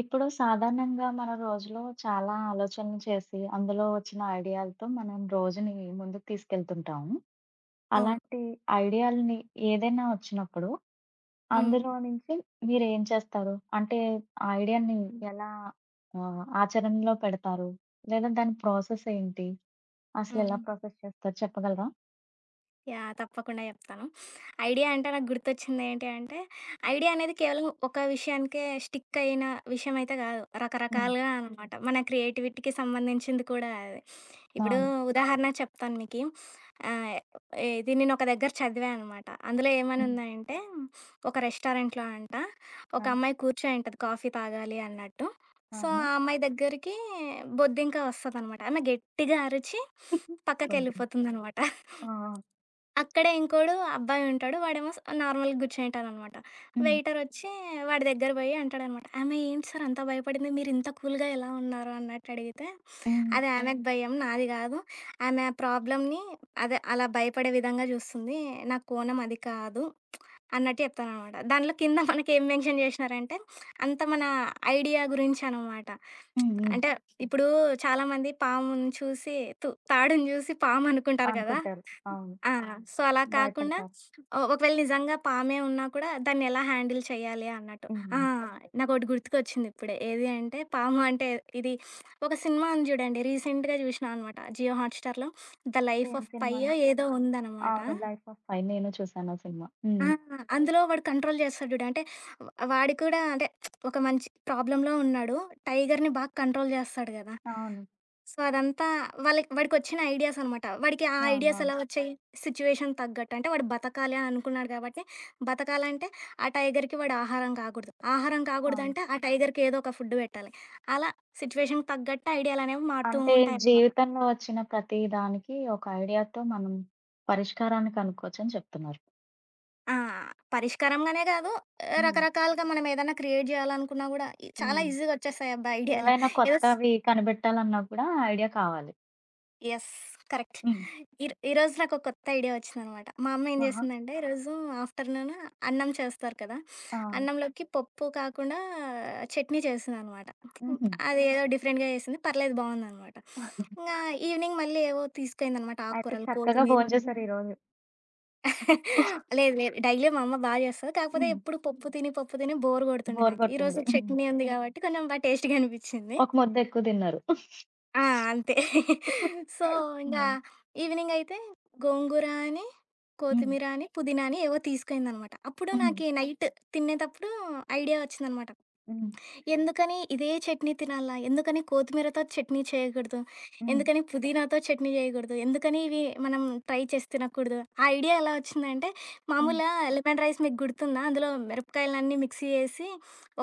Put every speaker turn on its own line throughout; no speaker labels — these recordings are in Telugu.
ఇప్పుడు సాధారణంగా మన రోజులో చాలా ఆలోచనలు చేసి, అందులో వచ్చిన ఐడియాలతో మనం రోజుని ముందుకు తీసుకెళ్తుంటాము.
అవును.
అలాంటి ఐడియాలని ఏదైనా వచ్చినప్పుడు,
హ్మ్.
అందులో నుంచి మీరేం చేస్తారు? అంటే ఆ ఐడియాని
హ్మ్.
ఎలా ఆచరణలో పెడతారు? లేదా దాని ప్రాసెస్ ఏంటి? అసలెలా
హ్మ్.
ప్రాసెస్ చేస్తారు చెప్పగలరా?
యాహ్! తప్పకుండా చెప్తాను. ఐడియా అంటే నాకు గుర్తొచ్చిందేంటి అంటే, ఐడియా అనేది కేవలం ఒక విషయానికే స్టిక్ అయిన విషయం అయితే కాదు.
హ్మ్.
రకరకాలుగా అనమాట. మన క్రియేటివిటీకి సంబంధించింది కూడా అది. ఇప్పుడు
అవును.
ఉదాహరణ చెప్తాను మీకి. ఆహ్, ఇది నేను ఒక దగ్గర చదివా అనమాట. అందులో ఏమని
హ్మ్.
ఉందంటే, ఒక రెస్టారెంట్‌లో అంట ఒక
ఆ!
అమ్మాయి కూర్చొని ఉంటది కాఫీ తాగాలి అన్నట్టు. సో,
ఆహా!
ఆ అమ్మాయి దగ్గరికి బొద్దింక వస్తదనమాట. ఆమె గట్టిగా అరిచి
కొద్దిగా.
పక్కకెళ్ళిపోతుందనమాట.
ఆ! ఆ!
అక్కడే ఇంకోడు అబ్బాయి ఉంటాడు. వాడేమో నార్మల్‌గా కూర్చునేంటాడనమాట.
హ్మ్.
వెయిటరొచ్చి వాడి దగ్గర బోయి అంటాడనమాట, "ఆమె ఏంటి సార్ అంత భయపడింది? మీరింత కూల్‌గా ఎలా ఉన్నారు?" అన్నట్టు అడిగితే,
హ్మ్.
"అది ఆ! ఆమెకు భయం, నాది గాదు. ఆమె ఆ ప్రాబ్లమ్‌ని అదే అలా భయపడే విధంగా జూస్తుంది. నా కోణం అది కాదు." అన్నట్టు చెప్తాననమాట. దాంట్లో కింద మనకేం మెన్షన్ జేషినారంటే, అంత మన ఐడియా గురించనమాట.
హ్మ్. హ్మ్.
అంటే, ఇప్పుడు చాలామంది పాముని చూసి తాడుని చూసి పామనుకుంటారు గదా!
అనుకుంటారు. అవును.
ఆ! అవును. సో, అలా కాకుండా
భయపడతారు.
ఒకవేళ నిజంగా పామే ఉన్నా కూడా, దాన్నెలా హ్యాండిల్ చేయాలి అన్నట్టు.
హ్మ్.
ఆ!
హ్మ్.
ఓకే. నాకోటి గుర్తుకొచ్చిందిప్పుడే. ఏది అంటే, పాము అంటే ఇది ఒక సినిమా ఉంది జూడండి. రీసెంట్‌గా జూషినా అనమాట. జియో హాట్‌స్టార్‌లో 'ద
ఏం
లైఫ్ ఆఫ్
సినిమా అండి?
పై'యో ఏదో ఉందనమాట.
అవును. 'లైఫ్ ఆఫ్ పై' నేను చూసాను ఆ సినిమా.
ఆ!
హ్మ్.
అందులో వాడు కంట్రోల్ చేస్తాడు జూడు. అంటే వాడు కూడా అంటే ఒక మంచి ప్రాబ్లమ్‌లో ఉన్నాడు. టైగర్‌ని బాగా కంట్రోల్ చేస్తాడు గదా!
అవును.
సో, అదంతా వాళ్ళకి వాడికొచ్చిన ఐడియాస్ అనమాట. వాడికి ఆ
అవునవును.
ఐడియాస్
అవును.
ఎలా వచ్చాయి? సిట్యుయేషన్ తగ్గట్టు. అంటే వాడు బతకాలి అని అనుకున్నాడు కాబట్టి, బతకాలంటే ఆ టైగర్‌కి వాడు ఆహారం కాకూడదు. ఆహారం
అవును.
కాకూడదంటే ఆ టైగర్‌కి ఏదో ఒక ఫుడ్ పెట్టాలి. అలా సిట్యుయేషన్‌కి తగ్గట్టు ఐడియాలనేవి మారుతూ
అంటే
ఉంటాయనమాట.
జీవితంలో వచ్చిన ప్రతి దానికి ఒక ఐడియాతో మనం పరిష్కారాన్ని కనుక్కోవచ్చని చెప్తున్నారు.
ఆ! పరిష్కారంగానే గాదు,
హ్మ్.
రకరకాలుగా మనమేదన్నా క్రియేట్ జేయాలనుకున్నా గూడా ఇ చాలా
హ్మ్.
ఈజీగొచ్చేస్తాయబ్బా ఐడియాలు.
ఏవైనా
ఏదో స్
కొత్తవి కనిపెట్టాలన్నా కూడా ఐడియా కావాలి.
యెస్. కరెక్ట్.
హ్మ్.
ఈరోజు నాకొక కొత్త ఐడియా ఒచ్చిందనమాట. మా అమ్మ ఏం
ఆహా!
జేసిందంటే ఈరోజు ఆఫ్టర్‌నూన్ అన్నం చేస్తారు కదా!
అవును.
అన్నంలోకి పప్పు కాకుండా చట్నీ చేసిందనమాట.
హుహు.
అది ఏదో డిఫరెంట్‌గా జేసింది. పర్లేదు బావుందనమాట. ఇంగా ఈవినింగ్ మళ్ళీ ఏవో తీసుకైందనమాట
అయితే
ఆకుకూరలు,
చక్కగా
కొత్తిమీర
భోంచేశారు ఈరోజు.
లేదు లేదు. డైలీ మా అమ్మ బా చేస్తది. కాకపోతే
హ్మ్.
ఎప్పుడు పప్పు తిని, పప్పు తిని బోర్ కొడుతుండే
బోర్
నాకు. ఈరోజు
కొట్టింది. హ్మ్.
చట్నీ ఉంది కాబట్టి కొంచెం బా టేస్టీగా అనిపిచ్చింది.
ఒక ముద్ద ఎక్కువ తిన్నారు.
ఆ! అంతే. సో, ఇంగా
హ్మ్.
ఈవినింగ్ అయితే గోంగూర అని,
హ్మ్.
కొత్తిమీర అని, పుదీనా అని ఏవో తీసుకైందనమాట. అప్పుడు
హ్మ్.
నాకి నైట్ తినేతప్పుడు ఐడియా వచ్చిందనమాట.
హ్మ్.
ఎందుకని ఇదే చట్నీ తినాలా? ఎందుకని కొత్తిమీరతో చట్నీ చేయకూడదు?
హ్మ్.
ఎందుకని పుదీనాతో చట్నీ చేయకూడదు? ఎందుకని ఇవి మనం ట్రై చేసి తినకూడదు? ఆ ఐడియా ఎలా వచ్చిందంటే,
హ్మ్.
మామూలుగా లెమన్ రైస్ మీకు గుర్తుందా? అందులో మిరపకాయలన్నీ మిక్సీ చేసి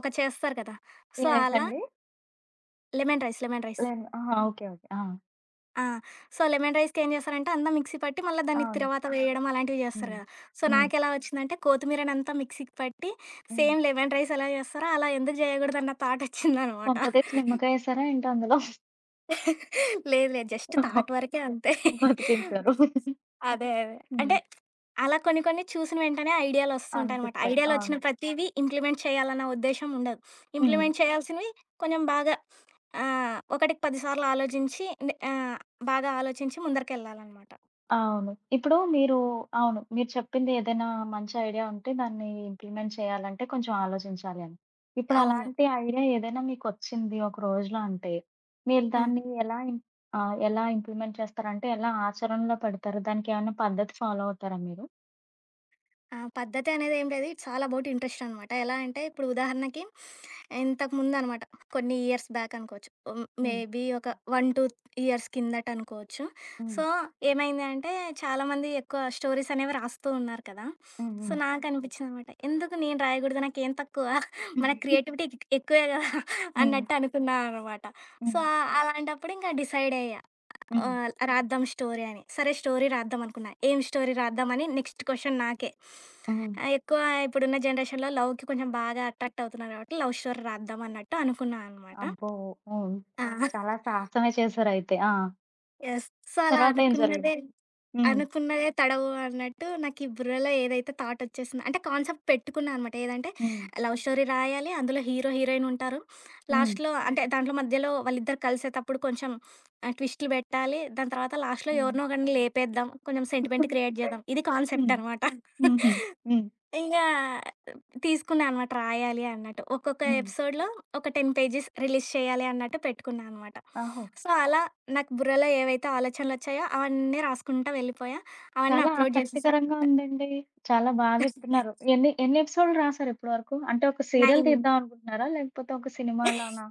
ఒకటి చేస్తారు కదా!
ఏ
సో, అలా
రైసండి?
Lemon rice, lemon rice.
Lemon ఆహా! ఓకే. ఓకే. ఆ!
ఆ! సో, లెమన్ రైస్‌కి ఏం చేస్తారంటే, అంతా మిక్సీ పట్టి మళ్ళా దాన్ని
అవును.
తిరవాత వేయడం అలాంటివి చేస్తారు
హ్మ్.
కదా! సో,
హ్మ్.
నాకెలా వచ్చిందంటే, కొత్తిమీరనంతా మిక్సీకి పట్టి
హ్మ్.
సేమ్ లెమన్ రైస్ ఎలా చేస్తారో అలా ఎందుకు చేయకూడదన్న థాట్ వచ్చిందనమాట.
కొంపతీసి నిమ్మకాయేసారా ఏంటి అందులో?
లేదు లేదు. జస్ట్ థాట్ వరకే అంతే.
బతికించారు.
అదే. అదే.
హ్మ్.
అంటే అలా కొన్ని కొన్ని చూసిన వెంటనే ఐడియాలొస్తుంటాయనమాట.
అనిపిస్తాయి. అవును.
ఐడియాలొచ్చిన ప్రతీవి ఇంప్లిమెంట్ చేయాలన్న ఉద్దేశ్యం ఉండదు.
హ్మ్.
ఇంప్లిమెంట్ చేయాల్సినవి కొంచెం బాగా ఒకటికి 10 సార్లు ఆలోచించి బాగా ఆలోచించి ముందరికెళ్ళాలనమాట.
అవును. ఇప్పుడు మీరు అవును. మీరు చెప్పింది ఏదైనా మంచి ఐడియా ఉంటే దాన్ని ఇంప్లిమెంట్ చేయాలంటే కొంచెం ఆలోచించాలి అని. ఇప్పుడు
అవును.
అలాంటి ఐడియా ఏదైనా మీకొచ్చింది ఒక రోజులో అంటే, మీరు
హ్మ్.
దాన్ని ఎలా ఇంప్లిమెంట్ చేస్తారంటే ఎలా ఆచరణలో పెడతారు? దానికేమన్నా పద్ధతి ఫాలో అవుతారా మీరు?
ఆ! పద్ధతి అనేది ఏం లేదు. ఇట్స్ ఆల్ అబౌట్ ఇంట్రెస్ట్ అనమాట. ఎలా అంటే ఇప్పుడు ఉదాహరణకి ఇంతకుముందనమాట కొన్ని ఇయర్స్ బ్యాక్ అనుకోవచ్చు. హ్మ్,
హ్మ్.
మేబీ ఒక 1, 2 ఇయర్స్ కిందట అనుకోవచ్చు.
హ్మ్.
సో, ఏమైంది అంటే చాలామంది ఎక్కువ స్టోరీస్ అనేవి రాస్తూ ఉన్నారు కదా!
హ్మ్.
సో,
హ్మ్.
ఓకే. నాకనిపించిందనమాట. ఎందుకు నేను రాయకూడదు? నాకేం తక్కువ? మన క్రియేటివిటీ ఎక్కువే కదా!
హ్మ్.
అన్నట్టు అనుకున్నా అనమాట. సో,
హ్మ్.
ఓకే. అలాంటప్పుడు ఇంకా డిసైడ్ అయ్యా.
హ్మ్.
రాద్దాం స్టోరీ అని. సరే స్టోరీ రాద్దాం అనుకున్నా. ఏం స్టోరీ రాద్దామని నెక్స్ట్ క్వషన్ నాకే.
ఆ!
ఆహ్, ఎక్కువ ఇప్పుడున్న జనరేషన్‌లో లవ్‌కి కొంచెం బాగా అట్రాక్ట్ అవుతున్నారు కాబట్టి లవ్ స్టోరీ రాద్దాం అన్నట్టు అనుకున్నా అనమాట.
అబ్బో! హ్మ్.
ఆ!
చాలా సాహసమే చేశారయితే. ఆ!
యెస్. సో, అలా
తర్వాతేం జరిగింది?
అనుకున్నదే
హ్మ్.
అనుకున్నదే తడవు అన్నట్టు నాకీ బుర్రలో ఏదైతే థాటొచ్చేసిందో అంటే కాన్సెప్ట్ పెట్టుకున్నా అనమాట. ఏదంటే
హ్మ్.
లవ్ స్టోరీ రాయాలి, అందులో హీరో, హీరోయిన్ ఉంటారు.
హ్మ్.
లాస్ట్‌లో అంటే దాంట్లో మధ్యలో వాళ్ళిద్దరు కలిసేతప్పుడు కొంచెం ట్విస్టులు పెట్టాలి. దాని తర్వాత లాస్ట్‌లో
హ్మ్.
ఎవరినో ఒకడిని లేపేద్దాం. కొంచెం సెంటిమెంట్ క్రియేట్ చేద్దాం. ఇది
హ్మ్.
కాన్సెప్ట్ అనమాట.
హుహు. హ్మ్.
ఇంగా తీసుకున్నా అనమాట రాయాలి అన్నట్టు. ఒక్కొక్క
హ్మ్.
ఎపిసోడ్‌లో ఒక 10 పేజెస్ రిలీజ్ చేయాలి అన్నట్టు పెట్టుకున్నా అనమాట.
ఓహో!
సో, అలా నాకు బుర్రలో ఏవైతే ఆలోచనలొచ్చాయో అవన్నీ రాసుకుంటా వెళ్ళిపోయా. అవన్నీ
చాలా
అప్‌లోడ్ చేసేసా
ఆసక్తికరంగా
అనమాట.
ఉందండి. చాలా బా జెప్తున్నారు. ఎన్ని ఎన్ని ఎపిసోడ్‌లు రాసారు ఇప్పటి వరకు? అంటే ఒక సీరియల్
9
తీద్దాం అనుకుంటున్నారా? లేకపోతే ఒక సినిమా లానా?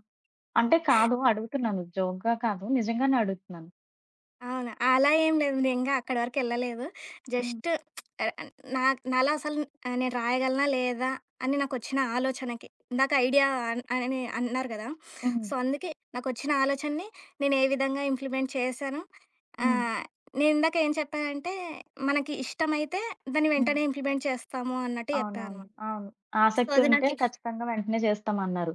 అంటే కాదు అడుగుతున్నాను. జోక్‌గా కాదు. నిజంగానే అడుగుతున్నాను.
అవును. అలా ఏం లేదు. నేనింకా అక్కడి వరకెళ్ళలేదు.
హ్మ్.
జస్ట్ నా నాలో అసలు నేను రాయగలనా? లేదా? అని నాకొచ్చిన ఆలోచనకి. ఇందాక ఐడియా అని అన్నారు గదా!
హ్మ్.
సో, అందుకే నాకొచ్చిన ఆలోచనని నేను ఏ విధంగా ఇంప్లిమెంట్ చేశాను? ఆ!
హ్మ్.
నేనిందాక ఏం చెప్పానంటే, మనకి ఇష్టమైతే దాన్ని
హ్మ్.
వెంటనే ఇంప్లిమెంట్ చేస్తాము అన్నట్టు చెప్పా
అవునవును.
అనమాట.
అవును.
సో,
ఆసక్తి
అది
ఉంటే
నాకి
ఖచ్చితంగా వెంటనే చేస్తామన్నారు.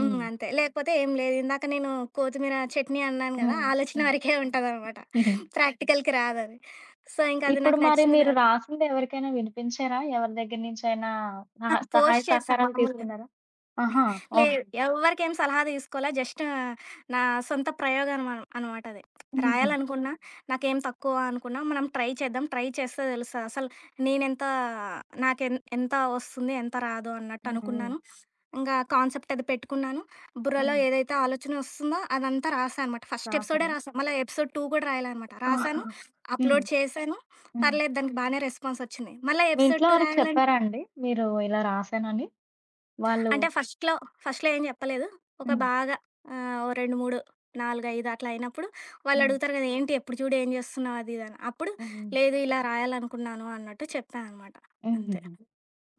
హ్మ్.
హ్మ్.
అంతే. లేకపోతే ఏం లేదు. ఇందాక నేను కొత్తిమీర చట్నీ అన్నాను గదా!
హ్మ్.
ఆలోచన
హ్మ్.
వరకే ఉంటదనమాట.
హ్మ్.
ప్రాక్టికల్‌కి రాదది. సో, ఇంకది
ఇప్పుడు
నాకు
మరి
నచ్చింది
మీరు
గాదు.
రాసింది ఎవరికైనా వినిపించారా? ఎవరి దగ్గర నుంచైనా
ఆ!
సహాయ
పోస్ట్ చేశా
సహకారాలు
మామూలుగా.
తీసుకున్నారా? ఆహా! ఓహ్!
లేదు. ఎవ్వరికేం సలహా తీసుకోలే. జస్ట్ నా సొంత ప్రయోగం అనమాట అది.
హుహు.
రాయాలనుకున్నా, నాకేం తక్కువ అనుకున్నా, మనం ట్రై చేద్దాం. ట్రై చేస్తే తెలుస్తది. అసలు నేనెంత ఎంత వస్తుంది, ఎంత రాదు అన్నట్టు
హ్మ్. హ్మ్.
అనుకున్నాను. ఇంగా కాన్సెప్ట్ అది పెట్టుకున్నాను. బుర్రలో
హ్మ్.
ఏదైతే ఆలోచన వస్తుందో అదంతా రాసా అనమాట. ఫస్ట్ ఎపిసోడే
రాశారు.
రాసా. మళ్ళా ఎపిసోడ్ 2 కూడా రాయలే అనమాట. రాసాను,
హ్మ్.
అప్‌లోడ్ చేశాను.
హ్మ్.
పర్లేదు దానికి బానే రెస్పాన్స్ వచ్చింది. మళ్ళా
మీ
ఎపిసోడ్
ఇంట్లో
2
వారికి
రాయాలంటే
చెప్పారా అండి? మీరు ఇలా రాసానని? వాళ్ళు
అంటే ఫస్ట్‌లో, ఫస్ట్‌లో ఏం చెప్పలేదు. ఒక
హ్మ్.
బాగా ఓ 2, 3, 4, 5 అట్లా అయినప్పుడు
హ్మ్.
వాళ్ళడుగుతారు కదా! "ఏంటి ఎప్పుడు చూడు ఏం చేస్తున్నావు?" అది, ఇది అని. అప్పుడు
హ్మ్.
లేదు ఇలా రాయాలనుకున్నాను అన్నట్టు చెప్పా అనమాట.
హ్మ్.
అంతే.
హుహు.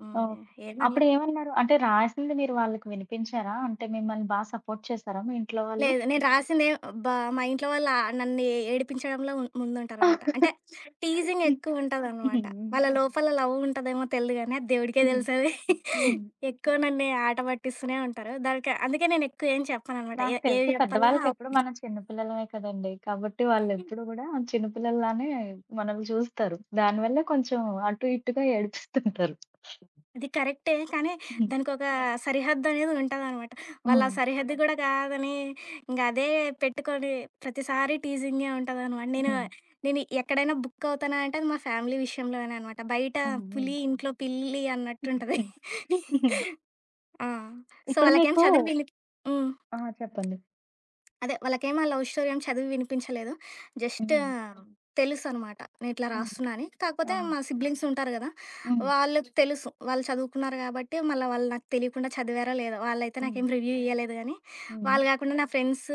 హ్మ్.
ఓకే.
ఏమనలే.
అప్పుడేమన్నారు? అంటే రాసింది మీరు వాళ్ళకి వినిపించారా? అంటే మిమ్మల్ని బా సపోర్ట్ చేశారా మీ ఇంట్లో వాళ్ళు?
లేదు. నేను రాసిందే అబ్బా! మా ఇంట్లో వాళ్ళు నన్ను ఏడిపించడంలో ముందుంటారనమాట. అంటే టీజింగ్ ఎక్కువుంటదనమాట.
హ్మ్.
వాళ్ళ లోపల లవ్ ఉంటదేమో తెలీదు గానీ అది దేవుడికే
హ్మ్.
తెలుసది.
హ్మ్.
ఎక్కువ నన్ను ఆట పట్టిస్తూనే ఉంటారు. దానికి అందుకే నేను ఎక్కువ ఏం చెప్పననమాట. ఏ
నాకు
ఏవి
తెలిసి
చెప్పాలా
పెద్దవాళ్ళకెప్పుడు మనం చిన్న పిల్లలమే కదండీ. కాబట్టి వాళ్ళెప్పుడు గూడా చిన్న పిల్లల్లానే మనల్ని చూస్తారు. దానివల్లే కొంచెం అటు ఇటుగా ఏడిపిస్తుంటారు.
అది కరెక్టే. కానీ
హ్మ్.
దానికొక సరిహద్దనేది ఉంటదనమాట. వాళ్ళు ఆ
హ్మ్.
సరిహద్దు హ్మ్. గూడా కాదని ఇంగ అదే పెట్టుకొని ప్రతిసారి టీజింగే ఉంటదనమాట. నేను
హ్మ్.
నేను ఎక్కడైనా బుక్ అవుతానా అంటే అది మా ఫ్యామిలీ విషయంలోనే అనమాట. బయట
హ్మ్. హ్మ్.
పులి, ఇంట్లో పిల్లి అన్నట్టుంటది.
హ్మ్.
ఆ! సో,
ఇప్పుడు
వాళ్ళకేం
మీకు
ఇప్పుడు చదువు మీ విని హ్మ్.
ఆ! చెప్పండి.
అదే వాళ్ళకేం ఆ లవ్ స్టోరీ ఏం చదివి వినిపించలేదు. జస్ట్
హ్మ్.
తెలుసనమాట. నేనిట్లా
హ్మ్.
రాస్తున్నా అని. కాకపోతే
ఆ!
మా సిబ్లింగ్స్ ఉంటారు గదా!
హ్మ్.
వాళ్ళకి తెలుసు. వాళ్ళు చదువుకున్నారు గాబట్టి, మళ్ళా వాళ్ళు నాకు తెలియకుండా చదివారో లేదో. వాళ్ళైతే
హ్మ్.
నాకేం రివ్యూ ఇయ్యలేదు గానీ,
హ్మ్.
వాళ్ళు గాకుండా నా ఫ్రెండ్స్,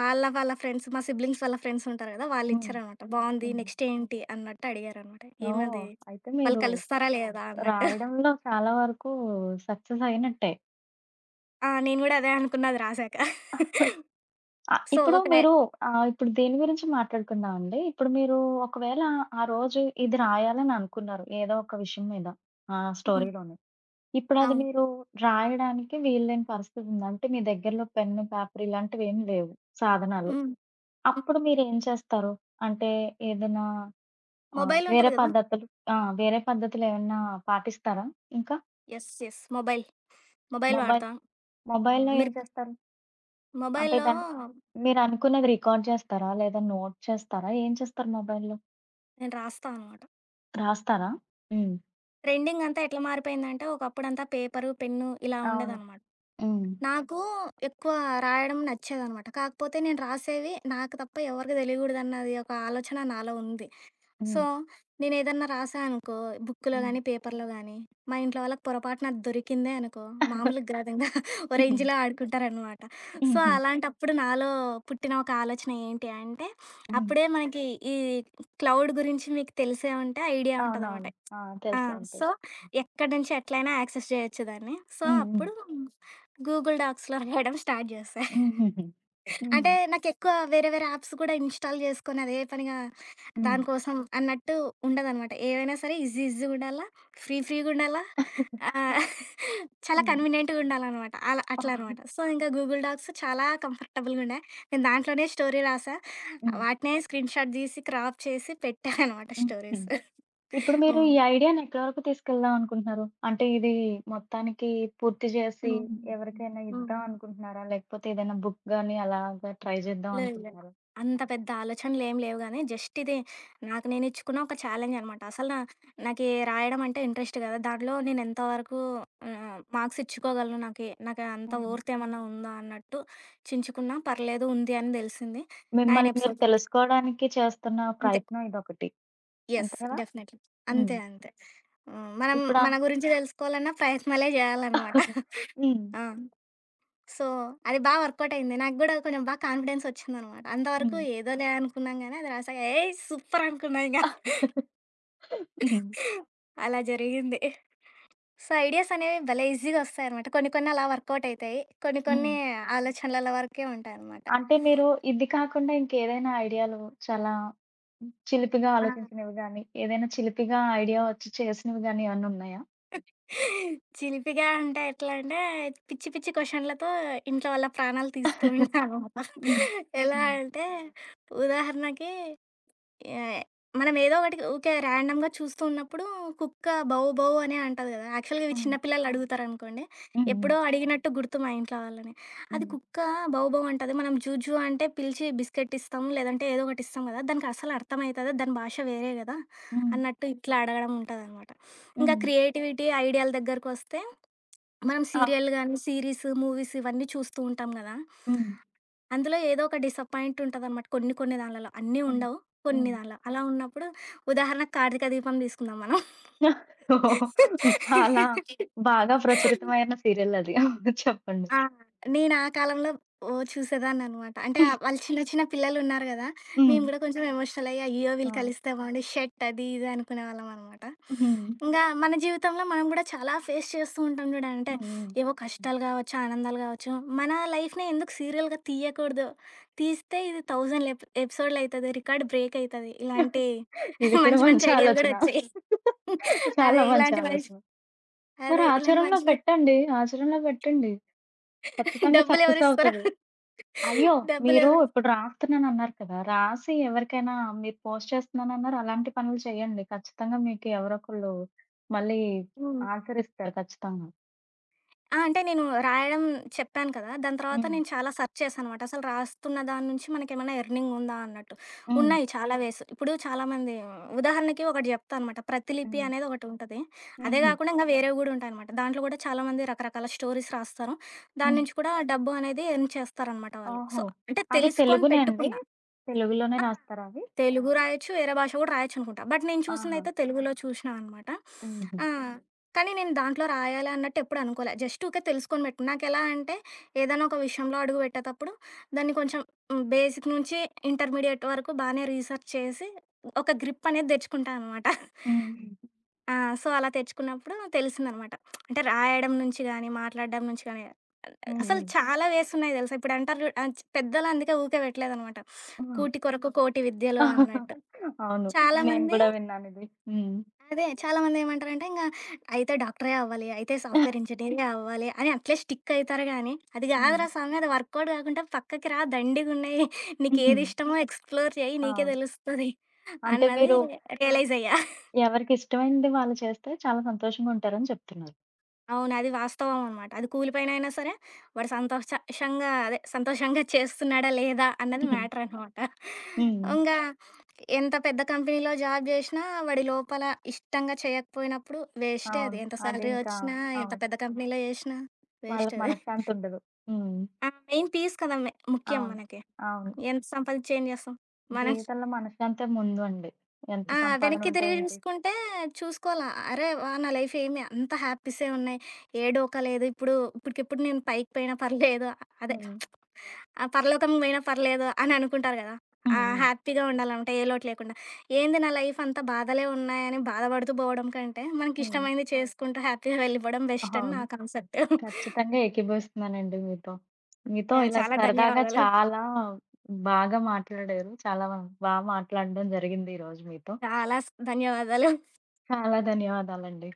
వాళ్ళ వాళ్ళ ఫ్రెండ్స్, మా సిబ్లింగ్స్ వాళ్ళ ఫ్రెండ్స్ ఉంటారు గదా!
హ్మ్.
వాళ్ళిచ్చారనమాట. బావుంది.
హ్మ్.
నెక్స్ట్ ఏంటి అన్నట్టు అడిగారనమాట.
ఓహ్!
ఏమది
అయితే
వాళ్ళు
మీరు
కలుస్తారా లేదా అన్నట్టు.
రాయడంలో చాలా వరకు సక్సెస్ అయినట్టే.
ఆ! నేను గూడా అదే అనుకున్నా అది రాసాక.
ఆహ్,
సో,
ఇప్పుడు
ఒక
మీరు ఆహ్, ఇప్పుడు దేని గురించి మాట్లాడుకుందామండి. ఇప్పుడు మీరు ఒకవేళ ఆ రోజు ఇది రాయాలని అనుకున్నారు. ఏదో ఒక విషయం మీద ఆ
హ్మ్.
స్టోరీలోని. ఇప్పుడది
అవును.
మీరు రాయడానికి వీల్లేని పరిస్థితి ఉంది. అంటే మీ దగ్గరలో పెన్ను, పేపర్ ఇలాంటివేమి లేవు సాధనాలు.
హ్మ్. హ్మ్.
అప్పుడు మీరేం చేస్తారు? అంటే ఏదైనా
మొబైల్
వేరే
ఉంటది గదా!
పద్ధతులు ఆ! వేరే పద్ధతులేమన్నా పాటిస్తారా ఇంకా?
Yes. Yes. Mobile. Mobile
mobile
వాడతా. హ్మ్.
మొబైల్‌లో ఏం
మీరు
చేస్తారు? అంటే
మొబైల్‌లో
దాన్ని మీరనుకున్నది రికార్డ్ చేస్తారా? లేదా నోట్ చేస్తారా? ఏం చేస్తారు మొబైల్‌లో?
నేను రాస్తా అనమాట.
రాస్తారా? హ్మ్.
ట్రెండింగ్ అంతా ఎట్లా మారిపోయిందంటే, ఒకప్పుడంతా పేపరు, పెన్ను ఇలా
అవును.
ఉండేదనమాట.
హ్మ్.
నాకు ఎక్కువ రాయడం నచ్చేదనమాట. కాకపోతే నేను రాసేవి నాకు తప్ప ఎవరికీ తెలియకూడదన్నది ఒక ఆలోచన నాలో ఉంది. సో,
హ్మ్.
నేనేదన్నా రాశా అనుకో బుక్‌లో
హ్మ్.
గానీ, పేపర్‌లో గానీ, మా ఇంట్లో వాళ్ళకి పొరపాటున అది దొరికిందే అనుకో, మామూలుగా గాదు ఇంగ ఓ
హుహు.
రేంజ్‌లో ఆడుకుంటారనమాట. సో,
హుహు.
అలాంటప్పుడు నాలో పుట్టిన ఒక ఆలోచన ఏంటి అంటే,
హ్మ్.
అప్పుడే మనకి ఈ క్లౌడ్ గురించి మీకు తెలిసే ఉంటే ఐడియా ఉంటదనమాట.
అవునవును. ఆ!
ఆ!
తెలిసి ఉంటది.
సో, ఎక్కడి నుంచి ఎట్లైనా యాక్సెస్ జేయొచ్చు దాన్ని. సో,
హ్మ్. హ్మ్.
అప్పుడు గూగుల్ డాక్స్‌లో రాయడం స్టార్ట్ జేశా.
హుహుహు. హ్మ్.
అంటే నాకెక్కువ వేరే వేరే యాప్స్ కూడా ఇన్‌స్టాల్ చేసుకొని అదే పనిగా
హ్మ్.
దానికోసం అన్నట్టు ఉండదనమాట. ఏవైనా సరే ఈజీ ఈజీగుండాల, ఫ్రీ ఫ్రీగుండాల, ఆహ్, చాలా
హ్మ్.
కన్వీనియంట్‌గుండాలనమాట. అలా అట్లా
హ్మ్.
అనమాట. సో, ఇంకా గూగుల్ డాక్స్ చాలా కంఫర్టబుల్‌గుండే. నేను దాంట్లోనే స్టోరీ రాసా.
హ్మ్.
వాటినే స్క్రీన్‌షాట్ తీసి, క్రాప్ చేసి పెట్టా అనమాట
హ్మ్. హుహు.
స్టోరీస్.
ఇప్పుడు మీరు
హ్మ్.
ఈ ఐడియాని ఎక్కడి వరకు తీసుకెళ్దాం అనుకుంటున్నారు? అంటే ఇది మొత్తానికి పూర్తి చేసి
హ్మ్.
ఎవరికైనా
హ్మ్.
ఇద్దాం అనుకుంటున్నారా? లేకపోతే ఏదైనా బుక్ గాని అలాగా ట్రై చేద్దాం
లేదు లేదు.
అనుకుంటున్నారా?
అంత పెద్ద ఆలోచనలేం లేవు గానీ, జస్ట్ ఇది నాకు నేను ఇచ్చుకున్న ఒక ఛాలెంజ్ అనమాట. అసలు నాకీ రాయడం అంటే ఇంట్రెస్ట్ కదా! దాంట్లో నేను ఎంత వరకు మార్క్స్ ఇచ్చుకోగలను, నాకు అంత
హ్మ్.
ఓర్పు ఏమన్నా ఉందా అన్నట్టు చించుకున్నా పర్లేదు ఉంది అని తెలిసింది. 9
మిమ్మల్ని మీరు
ఎపిసోడ్స్
తెలుసుకోవడానికి చేస్తున్న
అంతే.
ప్రయత్నం ఇదొకటి.
యెస్.
అంతే కదా?
డెఫినెట్‌లీ.
హ్మ్.
అంతే. అంతే. హ్మ్. మనం
ఇప్పుడా
మన గురించి తెలుసుకోవాలన్న ప్రయత్నాలే జేయాలనమాట.
హ్మ్.
ఆ! సో, అది బా వర్కౌట్ అయింది. నాకు గూడా కొంచెం బా కాన్ఫిడెన్స్ ఒచ్చిందనమాట. అంతవరకు
హ్మ్.
ఏదోలే అనుకున్నాం గానీ, అది రాసాక ఏయ్! సూపర్ అనుకున్నా ఇంగ.
హ్మ్.
అలా జరిగింది. సో, ఐడియాస్ అనేవి భలే ఈజీగా ఒస్తాయనమాట. కొన్ని కొన్ని అలా వర్కౌట్ అయితాయి. కొన్ని
హ్మ్.
కొన్ని ఆలోచనల వరకే ఉంటాయనమాట.
అంటే మీరు ఇది కాకుండా ఇంకేదైనా ఐడియాలు చాలా చిలిపిగా
ఆ!
ఆలోచించినవి గాని, ఏదైనా చిలిపిగా ఐడియా వచ్చి చేసినవి గాని ఏమన్నా ఉన్నాయా?
చిలిపిగా అంటే ఎట్లా అంటే, పిచ్చి పిచ్చి క్వెషన్‌లతో ఇంట్లో వాళ్ళ ప్రాణాలు తీస్తూ ఉంటాననమాట.
Ừm,
ఎలా
ừm,
అంటే, ఉదాహరణకి యాహ్! మనం ఏదో ఒకటి ఊకే ర్యాండమ్‌గా చూస్తూ ఉన్నప్పుడు కుక్క బౌ బౌ అనే అంటది గదా! యాక్చువల్‌గా ఇవి చిన్న
ừm,
పిల్లలు అడుగుతారనుకోండి.
ừm,
ఎప్పుడో అడిగినట్టు గుర్తు మా ఇంట్లో వాళ్ళని. అది
ừm,
కుక్క బౌ బౌ అంటది. మనం జూ జూ అంటే పిలిచి బిస్కెట్ ఇస్తాము. లేదంటే ఏదో ఒకటి ఇస్తాం గదా! దానికి అస్సలు అర్థమైతదా? దాని భాష వేరే గదా!
ừhm,
అన్నట్టు ఇట్లా అడగడం ఉంటదనమాట. ఇంకా
ừమ్.
క్రియేటివిటీ, ఐడియాల దగ్గరకొస్తే మనం
ఆ!
సీరియల్ గాని, సీరీస్, మూవీస్ ఇవన్నీ చూస్తూ ఉంటాం గదా!
హ్మ్.
అందులో ఏదో ఒక డిసప్పాయింట్ ఉంటదనమాట. కొన్ని కొన్ని దాన్లలో. అన్నీ
హ్మ్.
ఉండవు. కొన్ని
హ్మ్.
దాన్లో. అలా ఉన్నప్పుడు ఉదాహరణకు కార్తీక దీపం తీసుకుందాం మనం.
ఓహ్! చాలా బాగా ప్రచలితమైన సీరియల్ అది. అవును చెప్పండి.
ఆ! నేను ఆ కాలంలో ఓహ్! చూసేదాన్ననమాట. అంటే వాళ్ళు చిన్న చిన్న పిల్లలున్నారు గదా!
హ్మ్.
మేము గూడా కొంచెం ఎమోషనల్ అయ్యి, అయ్యో!
ఆ!
వీళ్ళు కలిస్తే బావుండు షట్ అది ఇది అనుకునేవాళ్ళమనమాట.
హ్మ్.
ఇంగా మన జీవితంలో మనం గూడా చాలా ఫేస్ చేస్తూ ఉంటాం జూడండి. అంటే
హ్మ్.
ఏవో కష్టాలు గావచ్చు, ఆనందాలు గావచ్చు. మన లైఫ్‌నే ఎందుకు సీరియల్‌గా తీయకూడదు. తీస్తే ఇది 1000 ఎపిసోడ్‌లయితది. రికార్డ్ బ్రేక్ అయితది. ఇలాంటి
ఇది కూడా
మంచి మంచి
మంచి
ఐడియాలు
ఆలోచన.
గూడా ఒచ్చాయి. అదే
చాలా మంచి
ఇలాంటి మంచి
ఆలోచన. మరి
అదే ఇలాంటి
ఆచరణలో
మంచి
పెట్టండి. ఆచరణలో పెట్టండి. ఖచ్చితంగా సక్సెస్
డబ్బులెవరిస్తరో
అవుతది. అయ్యో! మీరు
డబ్బులెవరు
ఇప్పుడు రాస్తున్నానన్నారు కదా! రాసి ఎవరికైనా మీరు పోస్ట్ చేస్తున్నానన్నారు. అలాంటి పనులు చేయండి. ఖచ్చితంగా మీకు ఎవరో ఒకళ్ళు మళ్ళీ
హ్మ్.
ఆచరిస్తారు ఖచ్చితంగా.
ఆ! అంటే నేను రాయడం చెప్పాను కదా! దాని తర్వాత
హ్మ్.
నేను చాలా సెర్చ్ చేశాననమాట. అసలు రాస్తున్న దాని నుంచి మనకేమైనా ఎర్నింగ్ ఉందా అన్నట్టు.
హ్మ్.
ఉన్నాయి చాలా హ్మ్. వేస్. ఇప్పుడు చాలామంది ఉదాహరణకి ఒకటి చెప్తా అనమాట. ప్రతిలిపి
హ్మ్.
అనేది ఒకటుంటది. అదే
హుహు.
కాకుండా ఇంకా ఓకే. వేరేవి కూడా ఉంటాయనమాట. దాంట్లో కూడా చాలామంది రకరకాల స్టోరీస్ రాస్తారు. దాని
హ్మ్.
నుంచి కూడా డబ్బు అనేది ఎర్న్ చేస్తారనమాట వాళ్ళు. సో,
ఓహో!
అంటే
అది
తెలుసుకొని
తెలుగునే అండి?
పెట్టుకున్నా.
తెలుగులోనే
ఆ!
రాస్తారా అవి?
తెలుగు ఆ! రాయొచ్చు, వేరే భాష కూడా రాయొచ్చనుకుంటా. బట్ నేను
ఆహా!
చూసిందయితే తెలుగులో చూసినా అనమాట.
హుహు.
ఆ! హ్మ్. కానీ నేను దాంట్లో రాయాలి అన్నట్టు ఎప్పుడు అనుకోలే. జస్ట్ ఊకే తెలుసుకొని పెట్టుకున్నా. నాకెలా అంటే ఏదైనా ఒక విషయంలో అడుగు పెట్టేటప్పుడు దాన్ని కొంచెం హ్మ్, బేసిక్ నుంచి ఇంటర్మీడియేట్ వరకు బానే రీసెర్చ్ చేసి ఒక గ్రిప్ అనేది తెచ్చుకుంటా అనమాట.
హ్మ్.
ఆ! సో, అలా తెచ్చుకున్నప్పుడు తెలిసిందనమాట. అంటే రాయడం నుంచి గానీ, మాట్లాడడం నుంచి గానీ,
హ్మ్.
అసలు
హ్మ్.
చాలా వేస్ ఉన్నాయి తెలుసా. ఇప్పుడు అంటారు చూడు పెద్దలు అందుకే ఊకే పెట్టలేదనమాట.
హ్మ్.
కూటి కొరకు కోటి విద్యలు అన్నట్టు.
అవును. నేను
చాలామంది
కూడా విన్నానిది. హ్మ్.
అదే చాలామంది ఏమంటారంటే, ఇంగ అయితే డాక్టరే అవ్వాలి, అయితే సాఫ్ట్‌వేర్ ఇంజినీరే అవ్వాలి అని అట్లే స్టిక్ అయితారు గానీ, అది
హ్మ్.
కాదురా స్వామి అది వర్కౌట్ కాకుంటే పక్కకి రా దండిగున్నాయి. నీకేది ఇష్టమో ఎక్స్‌ప్లోర్ చెయ్యి నీకే
అవును.
తెలుస్తది
అంటే
అన్నది
మీరు
రియలైజ్ అయ్యా.
ఎవరికిష్టమైనది వాళ్ళు చేస్తే చాలా సంతోషంగా ఉంటారని చెప్తున్నారు.
అవును. అది వాస్తవం అనమాట. అది కూలి పనైనా సరే వాడు సంతోషంగా అదే సంతోషంగా చేస్తున్నాడా లేదా అన్నది మ్యాటర్ అనమాట.
హ్మ్.
ఇంగా ఎంత పెద్ద కంపెనీలో జాబ్ జేసినా వాడి లోపల ఇష్టంగా చేయకపోయినప్పుడు వేస్టే
అవును.
అది. ఎంత సాలరీ
అదింకా
వచ్చినా, ఎంత
అవును.
పెద్ద కంపెనీలో జేసినా వేస్ట్
వాళ్ళకి
అది.
మనశ్శాంతుండదు. హ్మ్.
ఆ! మెయిన్ పీస్ కదా! ముఖ్యం
అవును.
మనకి.
అవును.
ఎంత సంపాదించి ఏం జేస్తాం? మనం
జీవితంలో మనశ్శాంతి అంతే ముందు అండి.
ఆ!
ఎంత
వెనక్కి
సంపాదనుంటే
తిరిగి
ఏంటి?
చూసుకుంటే చూసుకోవాల. అరే వాహ్! నా లైఫ్ ఏమి అంత హ్యాపీసే ఉన్నాయి. ఏ డోకా లేదు. ఇప్పుడు ఇప్పటికిప్పుడు నేను పైకి పోయినా పర్లేదు. అదే
హ్మ్.
ఆ పరలోకం పోయినా పర్లేదు అని అనుకుంటారు కదా!
హ్మ్.
ఆ
హ్మ్.
హ్యాపీగా ఉండాలనమాట ఏ లోటు లేకుండా. ఏంది నా లైఫ్ అంతా బాధలే ఉన్నాయని బాధపడుతూ పోవడం కంటే, మనకి
హ్మ్.
ఇష్టమైంది చేసుకుంటూ హ్యాపీగా వెళ్ళిపోవడం బెస్ట్ అని
అవును.
నా కాన్సెప్ట్.
ఖచ్చితంగా ఏకీభవిస్తున్నానండి మీతో. మీతో
యాహ్!
ఇలా
చాలా
సరదాగా
ధన్యవాదాలు.
చాలా బాగా మాట్లాడారు. చాలా బా మాట్లాడడం జరిగింది ఈరోజు మీతో.
చాలా ధన్యవాదాలు.
చాలా ధన్యవాదాలండి.